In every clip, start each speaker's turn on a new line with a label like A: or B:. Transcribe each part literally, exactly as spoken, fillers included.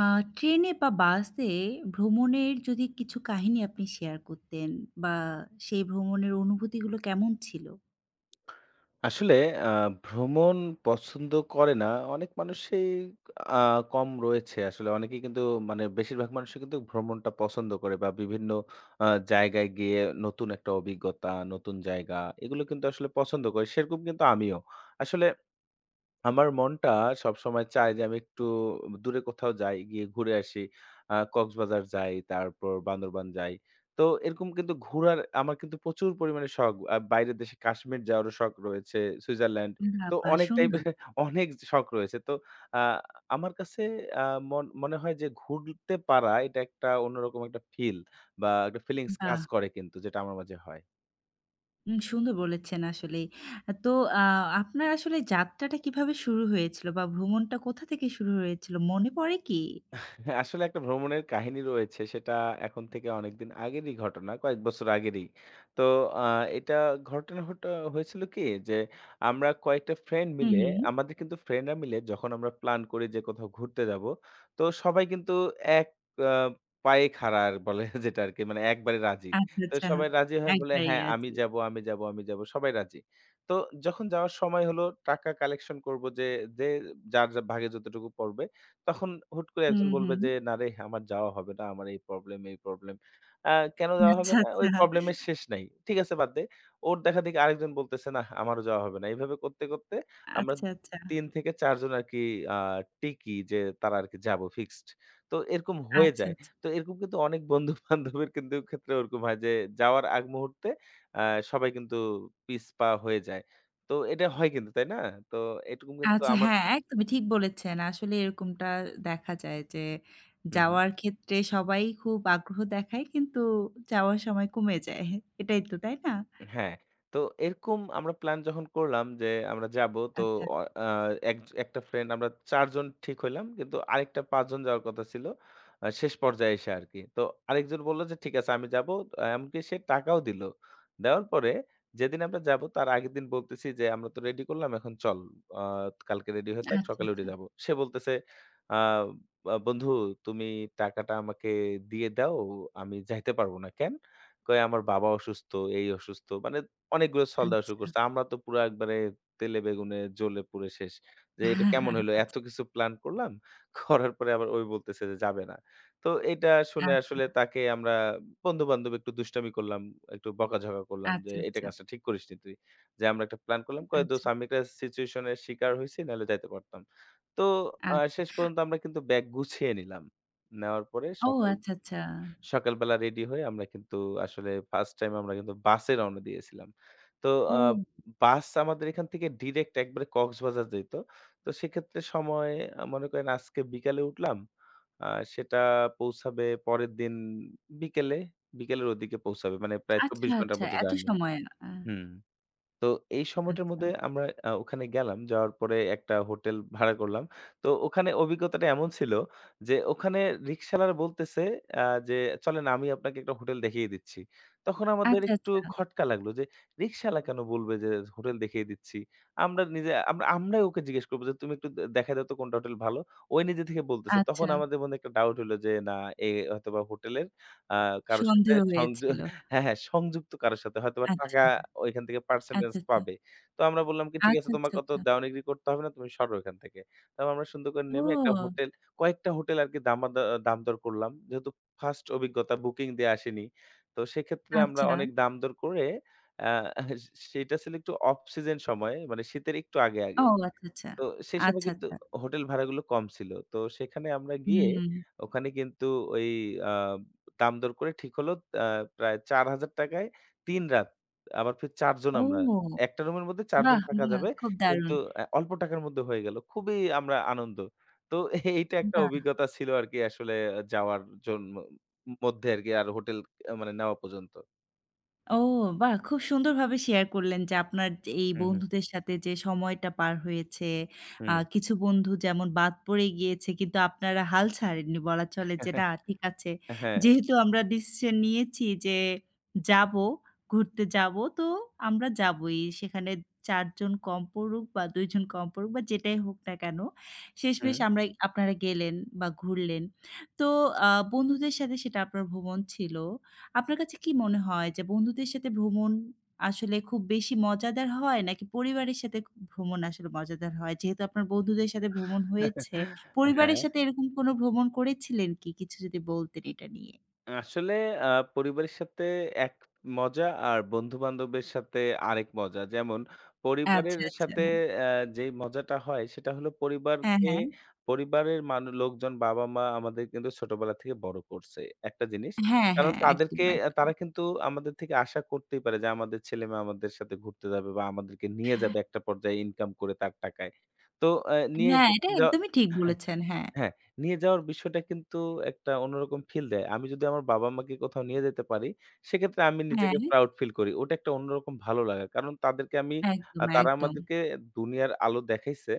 A: আ ট্রেনে বা বাসে ভ্রমণের যদি কিছু কাহিনী আপনি শেয়ার করতেন বা সেই ভ্রমণের অনুভূতিগুলো কেমন ছিল?
B: আসলে আ ভ্রমণ পছন্দ করে না। অনেক মানুষই আ কম রয়েছে। আসলে অনেকেই কিন্তু মানে বেশিরভাগ মানুষই কিন্তু ভ্রমণটা পছন্দ করে বা বিভিন্ন আ জায়গায় গিয়ে নতুন একটা অভিজ্ঞতা, নতুন জায়গা এগুলো কিন্তু আসলে পছন্দ করে। সেরকম কিন্তু আমিও। আসলে আমার মনটা সবসময় চায় যে আমি একটু দূরে কোথাও যাই, গিয়ে ঘুরে আসি। আ কক্সবাজার যাই, তারপর বান্দরবান যাই। তো এরকম কিন্তু ঘুরার আমার কিন্তু প্রচুর পরিমাণে শখ। আ বাইরের দেশে কাশ্মীর যাওয়ারও শখ রয়েছে, সুইজারল্যান্ড।
A: বাহ!
B: তো
A: বাহ!
B: অনেক টাইপের
A: সুন্দর।
B: অনেক শখ রয়েছে। তো আ আমার কাছে আ মন মনে হয় যে ঘুরতে পারা এটা একটা অন্যরকম একটা ফিল বা একটা ফিলিংস
A: বাহ!
B: কাজ করে কিন্তু যেটা আমার মাঝে হয়।
A: উম সুন্দর বলেছেন আসলেই। তো আ আপনার আসলে যাত্রাটা কিভাবে শুরু হয়েছিল বা ভ্রমণটা কোথা থেকে শুরু হয়েছিল মনে পড়ে কি?
B: হ্যাঁ, আসলে একটা ভ্রমণের কাহিনী রয়েছে। সেটা এখন থেকে অনেকদিন আগেরই ঘটনা, কয়েক বছর আগেরই। তো আ এটা ঘটনা হটা হয়েছিল কি? যে আমরা কয়েকটা ফ্রেন্ড
A: হুম,
B: মিলে
A: হুম।
B: আমাদের কিন্তু ফ্রেন্ডরা মিলে যখন আমরা প্ল্যান করি যে কোথাও ঘুরতে যাব, তো সবাই কিন্তু এক আ পায়ে খাড়া আর বলে যেটা আরকি মানে একবারে রাজি।
A: আচ্ছা,
B: তো
A: আচ্ছা।
B: সবাই রাজি হয়ে বলে,
A: একবারেই
B: "হ্যাঁ, আমি
A: রাজি।
B: যাব, আমি যাব, আমি যাব।" সবাই রাজি। তো যখন যাওয়ার সময় হলো টাকা কালেকশন করব যে, যে যার, যার ভাগে যতটুকু পড়বে তখন হুট করে
A: হুম,
B: একজন বলবে
A: হুম।
B: যে, "না রে আমার যাওয়া হবে না। আমার এই প্রবলেম, এই প্রবলেম।" অ্যা কেন যাওয়া হবে
A: আচ্ছা,
B: না?
A: আচ্ছা।
B: ওই প্রবলেম এর শেষ নাই। ঠিক আছে বাদ দে। ওর দেখাদেখি আরেকজন বলতেছে, "নাহ আমারও যাওয়া হবে না।" এভাবে করতে, করতে আমরা
A: আচ্ছা, আচ্ছা।
B: তিন থেকে চার জন আরকি আ টিকি যে তারা আরকি যাবো ফিক্সড। তো এরকম হয়ে
A: আচ্ছা,
B: যায়।
A: আচ্ছা।
B: তো এরকম কিন্তু অনেক বন্ধু-বান্ধবের কিন্তু ক্ষেত্রে ওরকম হয় যে যাওয়ার আগ মুহূর্তে অ্যা সবাই কিন্তু পিছপা হয়ে যায়। তো এটা হয় কিন্তু, তাই না? তো এটুকুম কিন্তু
A: আচ্ছা
B: আমার
A: হ্যাঁ, একদমই ঠিক বলেছেন। আসলে এরকমটা দেখা যায় যে
B: হুম, হুম।
A: যাওয়ার ক্ষেত্রে সবাই খুব আগ্রহ দেখায় কিন্তু যাওয়ার সময় কমে যায়। এটাই তো, তাই না?
B: হ্যাঁ, তো এরকম আমরা প্ল্যান যখন করলাম যে আমরা যাবো তো
A: আচ্ছা,
B: অ আ এক একটা ফ্রেন্ড আমরা চার জন ঠিক হইলাম। কিন্তু আরেকটা পাঁচ জন যাওয়ার কথা ছিল। আ শেষ পর্যায়ে এসে আরকি। তো আরেকজন বলল যে, "ঠিক আছে আমি যাবো।" আ এমনকি সে টাকাও দিল। দেওয়ার পরে যেদিন আমরা যাবো তার আগের দিন বলতেছি যে, "আমরা তো রেডি করলাম এখন চল। আ কালকে রেডি হয়ে
A: আচ্ছা,
B: থাক
A: আচ্ছা,
B: সকালে উঠে
A: আচ্ছা।
B: যাবো।" সে বলতেছে, "আ আ বন্ধু তুমি টাকাটা আমাকে দিয়ে দাও। আমি যাইতে পারবো না।" "কেন?" কয় আমার বাবা অসুস্থ, এই অসুস্থ। মানে অনেকগুলো ছল দেওয়া শুরু করছে। আমরা তো পুরা একবারে তেলে বেগুনে জ্বলে পুড়ে শেষ। যে এটা কেমন হইলো?
A: আচ্ছা,
B: এত
A: আচ্ছা,
B: কিছু প্ল্যান করলাম। করার পরে আবার ওই বলতেছে যে যাবে না। তো এটা শুনে আসলে
A: আচ্ছা,
B: তাকে আমরা বন্ধু-বান্ধব একটু দুষ্টামি করলাম, একটু বকাঝকা করলাম যে, "এটা
A: আচ্ছা,
B: কাজটা ঠিক করিসনি তুই।" যে আমরা একটা প্ল্যান করলাম। কয়,
A: আচ্ছা,
B: "দোস্ত আমি একটা সিচুয়েশন এর শিকার হইছি, নাহলে যাইতে পারতাম।" তো আ
A: আচ্ছা।
B: শেষ পর্যন্ত আমরা কিন্তু ব্যাগ গুছিয়ে নিলাম। নেওয়ার পরে
A: ও
B: সকাল
A: আচ্ছা, আচ্ছা।
B: সকালবেলা রেডি হয়ে আমরা কিন্তু আসলে ফার্স্ট টাইম আমরা কিন্তু বাসে রওনা দিয়েছিলাম। তো
A: ও
B: আ বাস আমাদের এখান থেকে ডিরেক্ট একবারে কক্সবাজার যাইত। তো সেক্ষেত্রে সময় আ মনে করেন আজকে বিকালে উঠলাম। আ সেটা পৌঁছাবে পরের দিন বিকেলে, বিকেলের ওদিকে পৌঁছাবে। মানে প্রায়
A: আচ্ছা,
B: চব্বিশ ঘন্টার
A: আচ্ছা।
B: মতো
A: এত
B: জার্নি।
A: সময়। আ
B: হুম। তো এই সময়টার
A: আচ্ছা,
B: মধ্যে আমরা আ ওখানে গেলাম। যাওয়ার পরে একটা হোটেল ভাড়া করলাম। তো ওখানে অভিজ্ঞতাটা এমন ছিল যে ওখানে রিক্শাওয়ালা বলতেছে আ যে, "চলেন আমি আপনাকে একটা হোটেল দেখিয়ে দিচ্ছি।" তখন আমাদের
A: আচ্ছা,
B: একটু
A: আচ্ছা,
B: খটকা লাগলো যে রিক্শাওয়ালা কেন বলবে যে হোটেল দেখিয়ে দিচ্ছি? আমরা নিজে আমরা আমরাই ওকে জিজ্ঞেস করব যে, "তুমি একটু দে দেখায় দাও তো কোনটা হোটেল ভালো?" ওই নিজে থেকে বলতেছে। তখন
A: আচ্ছা।
B: আমাদের মধ্যে একটা ডাউট হইলো যে না এ হয়তোবা হোটেলের আ কারো সাথে
A: সন্দেহ
B: সংযো
A: হয়েছিল।
B: হ্যাঁ, হ্যাঁ, সংযুক্ত কারো সাথে হয়তোবা টাকা
A: আচ্ছা,
B: ওইখান থেকে পার্সেন্টেজ
A: আচ্ছা, আচ্ছা,
B: পাবে। তো আমরা বললাম কি, "ঠিক
A: আচ্ছা,
B: আছে
A: আচ্ছা,
B: তোমাকে অত
A: আচ্ছা।
B: দেওয়ানিগিরি করতে হবে না, তুমি সরো এখান থেকে।" তারপর আমরা সুন্দর করে নেমে একটা
A: ও
B: হোটেল কয়েকটা হোটেল আরকি দামাদা দামদর করলাম। যেহেতু ফার্স্ট অভিজ্ঞতা বুকিং দিয়ে আসিনি। তো সেক্ষেত্রে আমরা
A: আচ্ছা।
B: অনেক দামদর করে আ সেটা ছিল একটু অফ সিজন সময়ে মানে শীতের একটু আগে, আগে।
A: ও আচ্ছা, আচ্ছা।
B: তো সেই সময়
A: আচ্ছা,
B: কিন্তু
A: আচ্ছা।
B: হোটেল ভাড়াগুলো কম ছিল। তো সেখানে আমরা গিয়ে
A: হুম।
B: ওখানে কিন্তু ওই আ দাম-দর করে ঠিক হলো আ প্রায় ৳চার হাজার য় তিন রাত। আবার ফির চার জন আমরা।
A: ও
B: একটা রুমের মধ্যে চার জন
A: বাহ!
B: থাকা
A: বাহ!
B: যাবে।
A: খুব
B: কিন্তু
A: দারুণ।
B: আ অল্প টাকার মধ্যে হয়ে গেল। খুবই আমরা আনন্দ। তো এইটা একটা
A: বাহ!
B: অভিজ্ঞতা ছিল আরকি আসলে যাওয়ার জন্য মধ্যে আরকি আর হোটেল মানে নেওয়া পর্যন্ত।
A: ও বাহ! খুব সুন্দরভাবে শেয়ার করলেন যে আপনার যে এই
B: হুম, হুম,
A: বন্ধুদের সাথে যে সময়টা পার হয়েছে। আ
B: হুম।
A: কিছু বন্ধু যেমন বাদ পড়ে গিয়েছে কিন্তু আপনারা হাল ছাড়েননি। বলা চলে যে না ঠিক আছে।
B: হ্যাঁ,
A: যেহেতু আমরা ডিসিশন নিয়েছি যে যাবো, ঘুরতে যাবো তো আমরা যাবোই। সেখানে চার জন কম পড়ুক বা দুই জন কম পড়ুক বা যেটাই হোক না কেন। শেষমেশ
B: হুম।
A: আমরা আপনারা গেলেন বা ঘুরলেন। তো আ বন্ধুদের সাথে সেটা আপনার ভ্রমণ ছিল। আপনার কাছে কি মনে হয় যে বন্ধুদের সাথে ভ্রমণ আসলে খুব বেশি মজাদার হয় নাকি পরিবারের সাথে ক ভ্রমণ আসলে মজাদার হয়? যেহেতু আপনার বন্ধুদের সাথে ভ্রমণ হয়েছে, পরিবারের
B: হ্যাঁ।
A: সাথে এরকম কোনো ভ্রমণ করেছিলেন কি? কিছু যদি বলতেন এটা নিয়ে।
B: আসলে আ পরিবারের সাথে এক মজা আর বন্ধু-বান্ধবের সাথে আরেক মজা। যেমন পরিবারের
A: আচ্ছা, আচ্ছা।
B: সাথে অ্যা যেই মজাটা হয় সেটা হলো
A: হ্যাঁ,
B: পরিবারকে
A: হ্যাঁ,
B: পরিবারের মানু লোকজন বাবা-মা আমাদের কিন্তু ছোটবেলা থেকে বড় করছে। একটা জিনিস।
A: হ্যাঁ,
B: কারণ
A: হ্যাঁ, একদম,
B: তাদেরকে অ্যা
A: একদম।
B: তারা কিন্তু আমাদের থেকে আশা করতেই পারে যে আমাদের ছেলেমেয়ে আমাদের সাথে ঘুরতে যাবে বা আমাদেরকে নিয়ে যাবে একটা পর্যায়ে ইনকাম করে তার টাকায়। তো অ্যা নিয়ে
A: হ্যাঁ,
B: যে
A: এটা
B: য
A: একদমই ঠিক বলেছেন। হ্যাঁ,
B: হ্যাঁ, নিয়ে যাওয়ার বিষয়টা কিন্তু একটা অন্যরকম ফিল দেয়। আমি যদি আমার বাবা-মাকে কোথাও নিয়ে যেতে পারি, সেক্ষেত্রে আমি
A: হ্যাঁ,
B: নিজেকে প্রাউড ফিল করি। ওটা একটা অন্যরকম ভালো লাগা। কারণ তাদেরকে আমি
A: একদম,
B: আ তারা
A: একদম।
B: আমাদেরকে দুনিয়ার আলো দেখাইছে।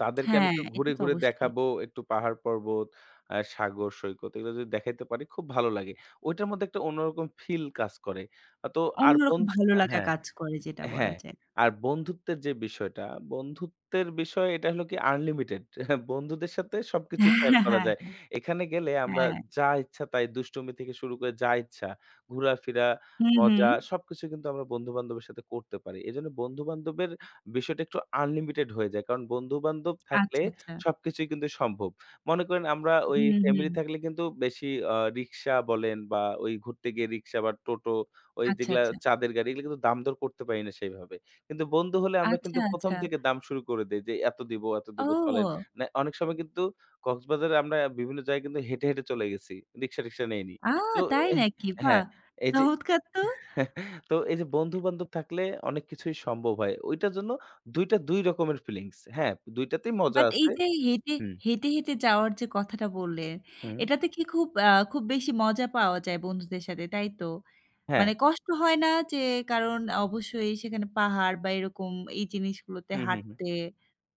B: তাদেরকে আমি
A: হ্যাঁ,
B: একটু
A: এটা
B: ঘুরে,
A: তো
B: ঘুরে
A: অবশ্যই।
B: দেখাবো, একটু পাহাড়-পর্বত, আ সাগর, সৈকত এগুলো যদি দেখাইতে পারি খুব ভালো লাগে। ওইটার মধ্যে একটা অন্যরকম ফিল কাজ করে। আ তো আর বন
A: অন্যরকম ভালো লাগা
B: হ্যাঁ।
A: কাজ করে যেটা বলা
B: হ্যাঁ,
A: যায়।
B: আর বন্ধুত্বের যে বিষয়টা, বন্ধুত্বের বিষয় এটা হলো কি আনলিমিটেড। বন্ধুদের সাথে সবকিছু শেয়ার
A: হ্যাঁ,
B: করা
A: হ্যাঁ,
B: যায়। এখানে গেলে আমরা
A: হ্যাঁ।
B: যা ইচ্ছা তাই দুষ্টুমি থেকে শুরু করে যা ইচ্ছা, ঘোরাফেরা,
A: হুম, হুম।
B: মজা সবকিছু কিন্তু আমরা বন্ধু-বান্ধবের সাথে করতে পারি। এজন্য বন্ধু-বান্ধবের বিষয়টা একটু আনলিমিটেড হয়ে যায়। কারণ বন্ধু-বান্ধব থাকলে
A: আচ্ছা, আচ্ছা।
B: সবকিছুই কিন্তু সম্ভব। মনে করেন আমরা ওই
A: হুম, হুম।
B: ফ্যামিলি থাকলে কিন্তু বেশি আ রিক্সা বলেন বা ওই ঘুরতে গিয়ে রিক্সা বা টোটো ওই
A: আচ্ছা,
B: যেগুলা
A: আচ্ছা।
B: চাঁদের গাড়ি এগুলো কিন্তু দাম দর করতে পারি না সেইভাবে। কিন্তু বন্ধু হলে আমরা
A: আচ্ছা,
B: কিন্তু ১ম
A: আচ্ছা।
B: থেকে দাম শুরু করে দেই যে, "এত দিবো, এত দিবো চলেন।"
A: ও!
B: না অনেক সময় কিন্তু কক্সবাজারে আমরা বিভিন্ন জায়গায় কিন্তু হেঁটে, হেঁটে চলে গেছি। রিক্সা-টিক্সা নেইনি।
A: আ
B: তো
A: তাই
B: এহ
A: নাকি? বাহ!
B: হ্যাঁ, এই যে
A: চমৎকার তো।
B: তো এই যে বন্ধু-বান্ধব থাকলে অনেক কিছুই সম্ভব হয়। ওইটার জন্য দুই টা দুই রকমের ফিলিংস। হ্যাঁ, দুই টাতেই মজা
A: বাট এই
B: আছে।
A: যে হেঁটে,
B: হুম,
A: হেঁটে, হেঁটে যাওয়ার যে কথাটা বললেন,
B: হুম।
A: এটাতে কি খুব আ খুব বেশি মজা পাওয়া যায় বন্ধুদের সাথে, তাই তো?
B: হ্যাঁ।
A: মানে কষ্ট হয় না যে কারণ অবশ্যই সেখানে পাহাড় বা এরকম এই জিনিসগুলোতে
B: হুম, হুম, হুম।
A: হাঁটতে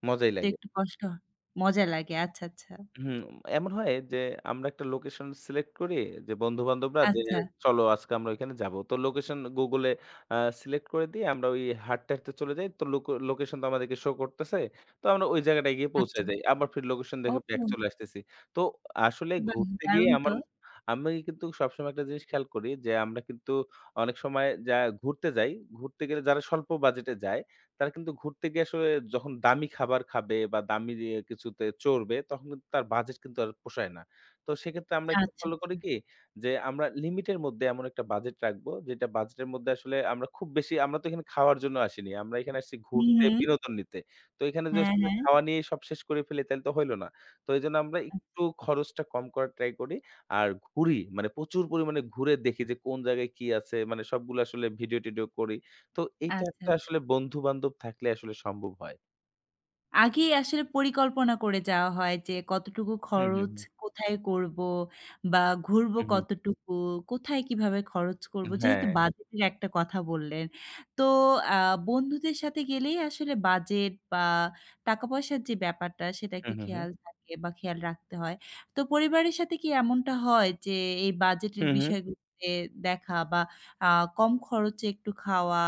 B: মজাই
A: তো
B: লাগে।
A: একটু কষ্ট হয় মজা লাগে। আচ্ছা, আচ্ছা।
B: হুম, এমন হয় যে আমরা একটা লোকেশন সিলেক্ট করি যে বন্ধু-বান্ধবরা যে
A: আচ্ছা,
B: হুম। চলো আজকে আমরা ওইখানে যাবো। তো লোকেশন Google-এ আ সিলেক্ট করে দিয়ে আমরা ওই হাঁটতে, হাঁটতে চলে যাই। তো লোক লোকেশন তো আমাদেরকে শো করতেছে। তো আমরা ওই জায়গাটায় গিয়ে পৌঁছে
A: আচ্ছা।
B: যাই। আবার ফির লোকেশন
A: ও!
B: দেখে ব্যাক চলে আসতেছি। তো আসলে
A: বাহ!
B: ঘুরতে গিয়ে
A: দারুণ
B: আমার
A: তো।
B: আমি কিন্তু সবসময় একটা জিনিস খেয়াল করি যে আমরা কিন্তু অনেক সময় যা ঘুরতে যাই, ঘুরতে গেলে যারা স্বল্প বাজেটে যায় তারা কিন্তু ঘুরতে গিয়ে আসলে যখন দামি খাবার খাবে বা দামি ইয়ে কিছুতে চড়বে, তখন কিন্তু তার বাজেট কিন্তু আর পোষায় না। তো সেক্ষেত্রে আমরা একটু
A: আচ্ছা, আচ্ছা।
B: ফলো করি কি? যে আমরা লিমিটের মধ্যে এমন একটা বাজেট রাখবো, যেটা বাজেটের মধ্যে আসলে আমরা খুব বেশি আমরা তো এখানে খাওয়ার জন্য আসিনি। আমরা এখানে আসছি
A: হুম,
B: ঘুরতে,
A: হুম।
B: বিনোদন নিতে। তো এখানে যদি
A: হ্যাঁ,
B: আসলে
A: হ্যাঁ।
B: খাওয়া নিয়েই সব শেষ করে ফেলি, তাহলে তো হইল না। তো এজন্য আমরা
A: আ
B: একটু খরচটা কম করার ট্রাই করি। আর ঘুরি, মানে প্রচুর পরিমাণে ঘুরে দেখি যে কোন জায়গায় কি আছে? মানে সবগুলো আসলে ভিডিও-টিডিও করি। তো এইটা
A: আচ্ছা।
B: একটা আসলে বন্ধু-বান্ধব থাকলে আসলে সম্ভব হয়।
A: আগেই আসলে পরিকল্পনা করে যাওয়া হয় যে কতটুকু
B: হুম, হুম,
A: খরচ
B: হুম।
A: কোথায় করব বা ঘুরবো
B: হুম, হুম।
A: কতটুকু, কোথায় কিভাবে খরচ করব। যেহেতু
B: হ্যাঁ।
A: বাজেটের একটা কথা বললেন। তো আ বন্ধুদের সাথে গেলেই আসলে বাজেট বা টাকা-পয়সার যে ব্যাপারটা সেটা
B: হু,
A: একটু
B: হু, হু।
A: খেয়াল থাকে বা খেয়াল রাখতে হয়। তো পরিবারের সাথে কি এমনটা হয় যে এই
B: হু,
A: বাজেটের
B: হু।
A: বিষয়গুলোতে দেখা বা আ কম খরচে একটু খাওয়া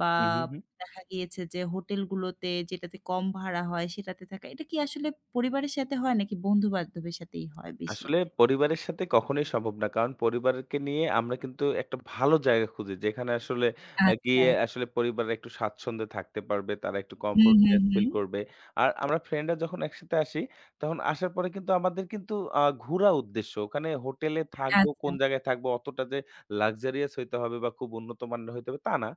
A: বা
B: হু, হু, হু।
A: দেখা গিয়েছে যে হোটেলগুলোতে যেটাতে কম ভাড়া হয় সেটাতে থাকা। এটা কি আসলে পরিবারের সাথে হয় নাকি বন্ধু-বান্ধবের সাথেই হয় বেশি?
B: আসলে পরিবারের সাথে কখনোই সম্ভব না। কারণ পরিবারকে নিয়ে আমরা কিন্তু একটা ভালো জায়গা খুঁজি। যেখানে আসলে আ
A: আচ্ছা।
B: গিয়ে আসলে পরিবার একটু স্বাচ্ছন্দ্যে থাকতে পারবে। তারা একটু
A: হুম, হুম,
B: কমফোর্টনেস ফিল
A: হুম।
B: করবে। আর আমরা ফ্রেন্ডরা যখন একসাথে আসি, তখন আসার পরে কিন্তু আমাদের কিন্তু আ ঘোরা উদ্দেশ্য। ওখানে হোটেলে থাকবো,
A: আচ্ছা,
B: কোন জায়গায় থাকবো অতটা যে লাক্সারিয়াস হইতে হবে বা খুব উন্নত মানের হইতে হবে তা না।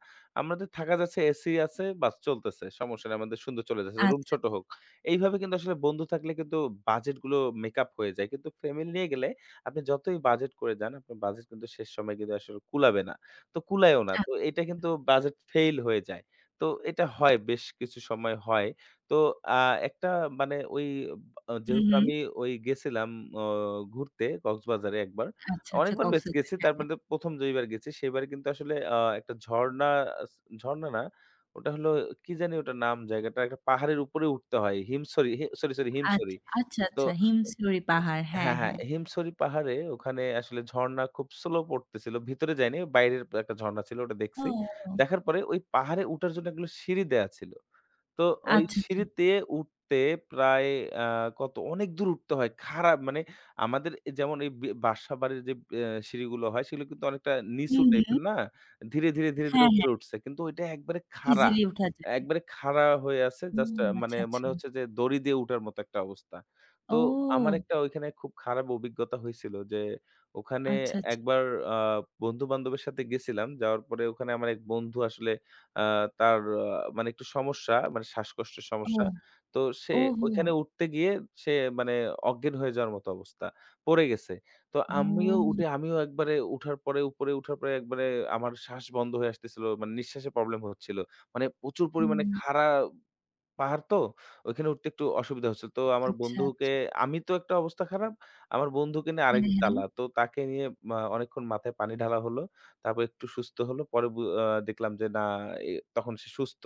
B: আমাদের থাকা যাচ্ছে এসি আছে, বাস চলতেছে। সমস্যা নাই। আমাদের সুন্দর চলে যাচ্ছে। রুম
A: আচ্ছা,
B: ছোট হোক। এইভাবে কিন্তু আসলে বন্ধু থাকলে কিন্তু বাজেট গুলো মেকআপ হয়ে যায়। কিন্তু ফ্যামিলি নিয়ে গেলে আপনি যতই বাজেট করে যান, আপনার বাজেট কিন্তু শেষ সময় কিন্তু আসলে কুলাবে না। তো কুলায়ও না।
A: আ
B: তো এটা কিন্তু বাজেট ফেইল হয়ে যায়। তো এটা হয় বেশ কিছু সময় হয়। তো আ একটা মানে ওই আ
A: হুম,
B: যেহেতু
A: হুম।
B: আমি ওই গেছিলাম অ ঘুরতে কক্সবাজারে একবার।
A: আচ্ছা, আচ্ছা,
B: অনেকবার বেশ
A: কক্সবাজার।
B: গেছি।
A: হ্যাঁ,
B: তারপরে
A: হ্যাঁ।
B: ১ম যেইবার গেছি সেইবার কিন্তু আসলে আ একটা ঝর্ণা আস ঝর্ণা না ওটা হলো কি জানি ওটার নাম জায়গাটা একটা পাহাড়ের উপরে উঠতে হয়। হিমছড়ি হি সরি, সরি হিমছড়ি।
A: আচ্ছা, আচ্ছা,
B: তো
A: আচ্ছা। হিমশিমরি পাহাড়। হ্যাঁ,
B: হ্যাঁ, হ্যাঁ
A: হ্যাঁ।
B: হিমছড়ি পাহাড়ে ওখানে আসলে ঝর্ণা খুব স্লো পড়তেছিল। ভিতরে যাইনি বাইরের একটা ঝর্ণা ছিল ওটা দেখছি।
A: ও!
B: দেখার পরে ওই পাহাড়ে উঠার জন্য এগুলো সিঁড়ি দেয়া ছিল। তো ওই
A: আচ্ছা, আচ্ছা।
B: সিঁড়িতে উঠতে প্রায় আ কত অনেক দূর উঠতে হয়। খাড়া মানে আমাদের এ যেমন এই বি বাসাবাড়ির যে অ্যা সিঁড়িগুলো হয় সেগুলো কিন্তু অনেকটা নিচু
A: হুম, হুম।
B: টাইপের না? ধীরে, ধীরে, ধীরে, ধীরে
A: হ্যাঁ,
B: উপরে
A: হ্যাঁ।
B: উঠছে। কিন্তু ওইটা একবারে খাড়া।
A: ইজিলি উঠা যায়।
B: একবারে খাড়া হয়ে আছে।
A: ও
B: জাস্ট আ মানে
A: আচ্ছা, আচ্ছা।
B: মনে হচ্ছে যে দড়ি দিয়ে উঠার মতো একটা অবস্থা। তো আমার
A: ও!
B: একটা ওইখানে খুব খারাপ অভিজ্ঞতা হয়েছিল যে ওখানে
A: আচ্ছা, আচ্ছা।
B: একবার আ বন্ধু-বান্ধবের সাথে গেছিলাম। যাওয়ার পরে ওখানে আমার এক বন্ধু আসলে আ তার আ মানে একটু সমস্যা, মানে শ্বাসকষ্টের
A: ও!
B: সমস্যা। তো সে
A: ওহো!
B: ওইখানে উঠতে গিয়ে সে মানে অজ্ঞান হয়ে যাওয়ার মতো অবস্থা। পড়ে গেছে। তো আমিও
A: ও!
B: উঠে আমিও একবারে উঠার পরে উপরে উঠার পরে একবারে আমার শ্বাস বন্ধ হয়ে আসতেছিল। মানে নিঃশ্বাসে প্রবলেম হচ্ছিল। মানে প্রচুর
A: ও!
B: পরিমাণে খাড়া পাহাড় তো ওইখানে উঠতে একটু অসুবিধা হচ্ছিল। তো আমার
A: আচ্ছা,
B: বন্ধুকে
A: আচ্ছা।
B: আমি তো একটা অবস্থা খারাপ, আমার বন্ধুকে নিয়ে
A: হ্যাঁ,
B: আরেক
A: হ্যাঁ।
B: জ্বালা। তো তাকে নিয়ে মা অনেকক্ষণ মাথায় পানি ঢালা হলো। তারপর একটু সুস্থ হলো। পরে বু আ দেখলাম যে না, এ তখন সে সুস্থ।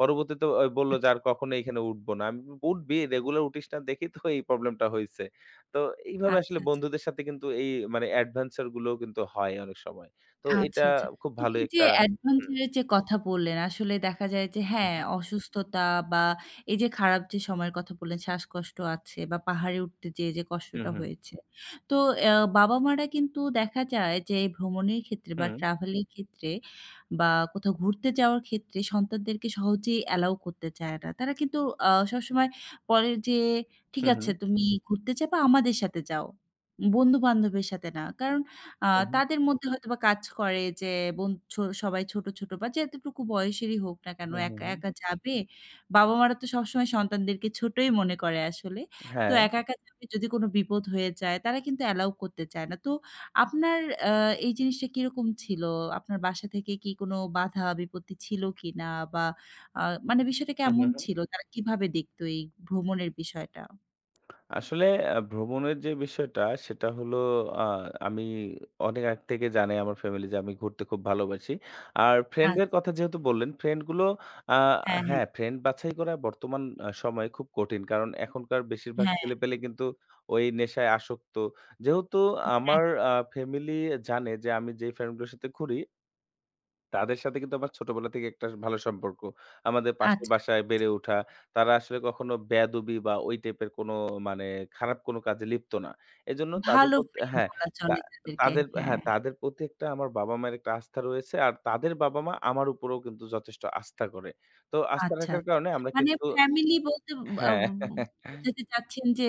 B: পরবর্তীতে অ বলল যে,
A: আচ্ছা।
B: "আর কখনো এখানে উঠবো না।" আমি বললাম, "উঠবি, রেগুলার উঠিস না দেখেই তো এই প্রবলেমটা হইছে।" তো এইভাবে
A: আচ্ছা,
B: আসলে
A: আচ্ছা,
B: বন্ধুদের সাথে কিন্তু এই মানে অ্যাডভেঞ্চার গুলোও কিন্তু হয় অনেক সময়। তো
A: আচ্ছা,
B: এটা
A: আচ্ছা।
B: খুব
A: তো
B: ভালো
A: এই যে
B: একটা। হুম,
A: অ্যাডভেঞ্চার এর যে কথা বললেন, আসলে দেখা যায় যে
B: হুম,
A: হ্যাঁ, অসুস্থতা বা এই যে খারাপ যে সময়ের কথা বললেন, শ্বাসকষ্ট আছে বা পাহাড়ে উঠতে যেয়ে যে
B: হুম, হুম,
A: কষ্টটা
B: হুম, হুম,
A: হয়েছে। তো অ্যা বাবা-মারা কিন্তু দেখা যায় যে ভ্রমণের ক্ষেত্রে বা ট্রাভেলের ক্ষেত্রে বা কোথাও ঘুরতে যাওয়ার ক্ষেত্রে সন্তানদেরকে সহজেই অ্যালাও করতে চায় না। তারা কিন্তু আ সবসময় বলে যে, "ঠিক
B: হুম, হুম,
A: আছে, তুমি ঘুরতে যাবা, আমাদের সাথে যাও। বন্ধু-বান্ধবের সাথে না।" কারণ আ
B: হুম,
A: তাদের মধ্যে হয়তোবা কাজ করে যে বোন ছো সবাই ছোট, ছোট বা যেতটুকু বয়সেরই হোক না কেন
B: হুম, হুম,
A: একা,
B: হুম। হুম,
A: একা যাবে। বাবা-মারা তো সবসময় সন্তানদেরকে ছোটই মনে করে আসলে। তো
B: হ্যাঁ।
A: একা, একা যাবে যদি কোনো বিপদ হয়ে যায় তারা কিন্তু অ্যালাও করতে চায় না। তো আপনার আ এই জিনিসটা কিরকম ছিল? আপনার বাসা থেকে কি কোনো বাধা বিপত্তি ছিল কিনা? বা আ মানে বিষয়টা
B: হু,
A: কেমন
B: হু, হু।
A: ছিল? তারা কিভাবে দেখতো এই ভ্রমণের বিষয়টা?
B: আসলে আ ভ্রমণের যে বিষয়টা, সেটা হলো আ আমি অনেক আগ থেকে জানে আমার ফ্যামিলি যে আমি ঘুরতে খুব ভালোবাসি। আর
A: আচ্ছা।
B: ফ্রেন্ডদের কথা যেহেতু বললেন, ফ্রেন্ড গুলো আ
A: হ্যাঁ, হ্যাঁ।
B: হ্যাঁ, ফ্রেন্ড বাছাই করা বর্তমান আ সময়ে খুব কঠিন। কারণ এখনকার বেশিরভাগ
A: হ্যাঁ,
B: ছেলেপেলে কিন্তু ওই নেশায় আসক্ত। যেহেতু
A: হ্যাঁ।
B: আমার আ ফ্যামিলি জানে যে আমি যে ফ্রেন্ড গুলোর সাথে ঘুরি, তাদের সাথে কিন্তু আমার ছোটবেলা থেকে একটা ভালো সম্পর্ক। আমাদের পাশের
A: আচ্ছা।
B: বাসায় বেড়ে ওঠা। তারা আসলে কখনো বেয়াদবি বা ওই টাইপের কোনো মানে খারাপ কোনো কাজে লিপ্ত না। এজন্য তাদের
A: ভালো
B: প্রত
A: ফ্রেন্ড
B: হ্যাঁ,
A: বলা
B: তা
A: চলে তাদেরকে।
B: তাদের হ্যাঁ,
A: হ্যাঁ,
B: তাদের প্রতি একটা আমার বাবা-মায়ের একটা আস্থা রয়েছে। আর তাদের বাবা-মা আমার উপরেও কিন্তু যথেষ্ট আস্থা করে। তো আস্থা
A: আচ্ছা,
B: রাখার
A: আচ্ছা।
B: কারণে আমরা
A: মানে
B: কিন্তু।
A: ফ্যামিলি বলতে আ
B: হ্যাঁ।
A: বোঝাতে চাচ্ছেন যে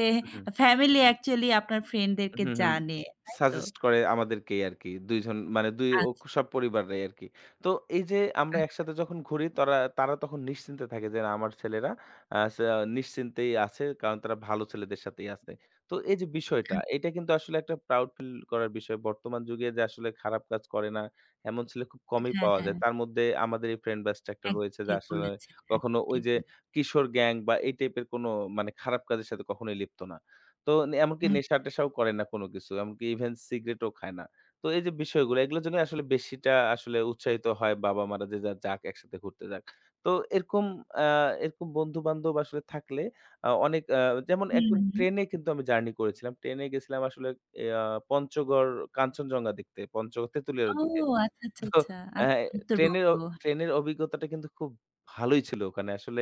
A: ফ্যামিলি অ্যাকচুয়ালি আপনার ফ্রেন্ডদেরকে
B: হুম, হুম।
A: জানে, তাই তো?
B: সাজেস্ট করে আমাদেরকেই আরকি। দুই জন মানে দুই ও
A: আচ্ছা,
B: সব পরিবাররাই আরকি। তো এই যে আমরা
A: আচ্ছা।
B: একসাথে যখন ঘুরি তরা তারা তখন নিশ্চিন্তে থাকে যে না, আমার ছেলেরা আ সা নিশ্চিন্তেই আছে, কারণ তারা ভালো ছেলেদের সাথেই আছে। তো এই যে বিষয়টা,
A: আ
B: এটা কিন্তু আসলে একটা প্রাউড ফিল করার বিষয়। বর্তমান যুগে যে আসলে খারাপ কাজ করে না এমন ছেলে খুব কমই
A: হ্যাঁ,
B: পাওয়া
A: হ্যাঁ।
B: যায়। তার মধ্যে আমাদের এই ফ্রেন্ড ব্যাচটা একটা
A: একদম
B: রয়েছে যে
A: ঠিক
B: আসলে
A: বলেছেন,
B: কখনো
A: একদম
B: ওই
A: ঠিক
B: যে
A: বলেছেন।
B: কিশোর গ্যাং বা এই টাইপের কোনো মানে খারাপ কাজের সাথে কখনোই লিপ্ত না। তো এমনকি
A: হ্যাঁ।
B: নেশা-টেশাও করে না কোনো কিছু। এমনকি ইভেন সিগারেটও খায় না। তো এই যে বিষয়গুলো, এগুলোর জন্য আসলে বেশিটা আসলে উৎসাহিত হয় বাবা-মারা যে যার যাক, একসাথে ঘুরতে যাক। তো এরকম আ এরকম বন্ধু-বান্ধব আসলে থাকলে আ অনেক আ যেমন
A: হুম,
B: একবার
A: হুম।
B: ট্রেনে কিন্তু আমি জার্নি করেছিলাম। ট্রেনে গেছিলাম আসলে এ আ পঞ্চগড়, কাঞ্চনজঙ্ঘা দেখতে, পঞ্চগড় তেঁতুলিয়ার
A: ও
B: ওদিকে।
A: আচ্ছা, আচ্ছা,
B: তো
A: আচ্ছা।
B: অ্যা
A: আচ্ছা,
B: ট্রেনের
A: উত্তরবঙ্গ।
B: অ ট্রেনের অভিজ্ঞতাটা কিন্তু খুব ভালোই ছিল ওখানে। আসলে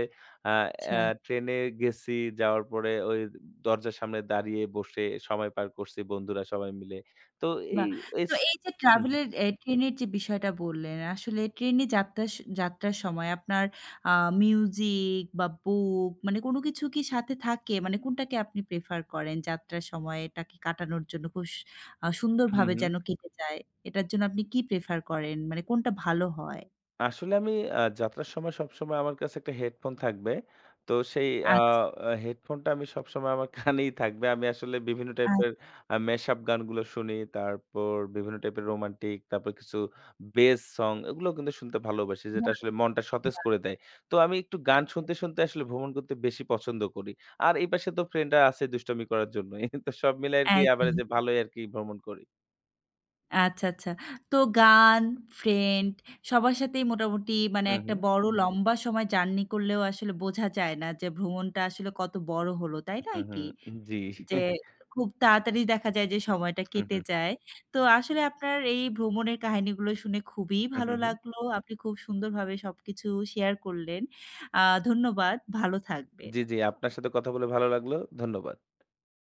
B: আ অ্যা
A: আচ্ছা।
B: ট্রেনে গেছি, যাওয়ার পরে ওই দরজার সামনে দাঁড়িয়ে বসে সময় পার করছি বন্ধুরা সবাই মিলে। তো এই
A: বাহ! তো
B: এস
A: এই যে
B: হুম, হুম,
A: ট্রাভেলের এ ট্রেনের যে বিষয়টা বললেন, আসলে ট্রেনে যাত্রা স যাত্রার সময় আপনার আ মিউজিক বা বুক মানে কোন কিছু কি সাথে থাকে? মানে কোনটাকে আপনি প্রেফার করেন যাত্রার সময়টাকে কাটানোর জন্য খুব সু আ
B: হুম,
A: সুন্দরভাবে
B: হুম।
A: যেন কেটে যায়? এটার জন্য আপনি কি প্রেফার করেন? মানে কোনটা ভালো হয়?
B: আসলে আমি আ যাত্রার সময় সবসময় আমার কাছে একটা হেডফোন থাকবে। তো সেই আ
A: আচ্ছা,
B: আ হেডফোনটা আমি সবসময় আমার কানেই থাকবে। আমি আসলে বিভিন্ন
A: আচ্ছা।
B: টাইপের আ mashup গানগুলো শুনি। তারপর বিভিন্ন টাইপের রোমান্টিক, তারপর কিছু বেস সং এগুলোও কিন্তু শুনতে ভালোবাসি। যেটা
A: বাহ!
B: আসলে মনটা সতেজ
A: বাহ!
B: করে দেয়। তো আমি একটু
A: আচ্ছা,
B: গান শুনতে,
A: আচ্ছা।
B: শুনতে আসলে ভ্রমণ করতে বেশি পছন্দ করি। আর এই পাশে তো ফ্রেন্ডরা আছে দুষ্টামি করার জন্যই। তো সব মিলে আরকি
A: একদম।
B: এভারেজে ভালোই আরকি ভ্রমণ করি।
A: আচ্ছা, আচ্ছা। তো গান, ফ্রেন্ড সবার সাথেই মোটামুটি মানে
B: হু,
A: একটা
B: হু,
A: বড় লম্বা সময় জার্নি করলেও আসলে বোঝা যায় না যে ভ্রমণটা আসলে কত বড় হলো, তাই
B: হু,
A: নয়
B: হু।
A: কি?
B: জি।
A: যে খুব তাড়াতাড়ি দেখা যায় যে সময়টা
B: হু,
A: কেটে
B: হু,
A: যায়। তো আসলে আপনার এই ভ্রমণের কাহিনীগুলো শুনে খুবই
B: হু,
A: ভালো
B: হু, হু।
A: লাগলো। আপনি খুব সুন্দরভাবে সবকিছু শেয়ার করলেন। আ ধন্যবাদ। ভালো থাকবেন।
B: জি, জি। আপনার সাথে কথা বলে ভালো লাগলো। ধন্যবাদ।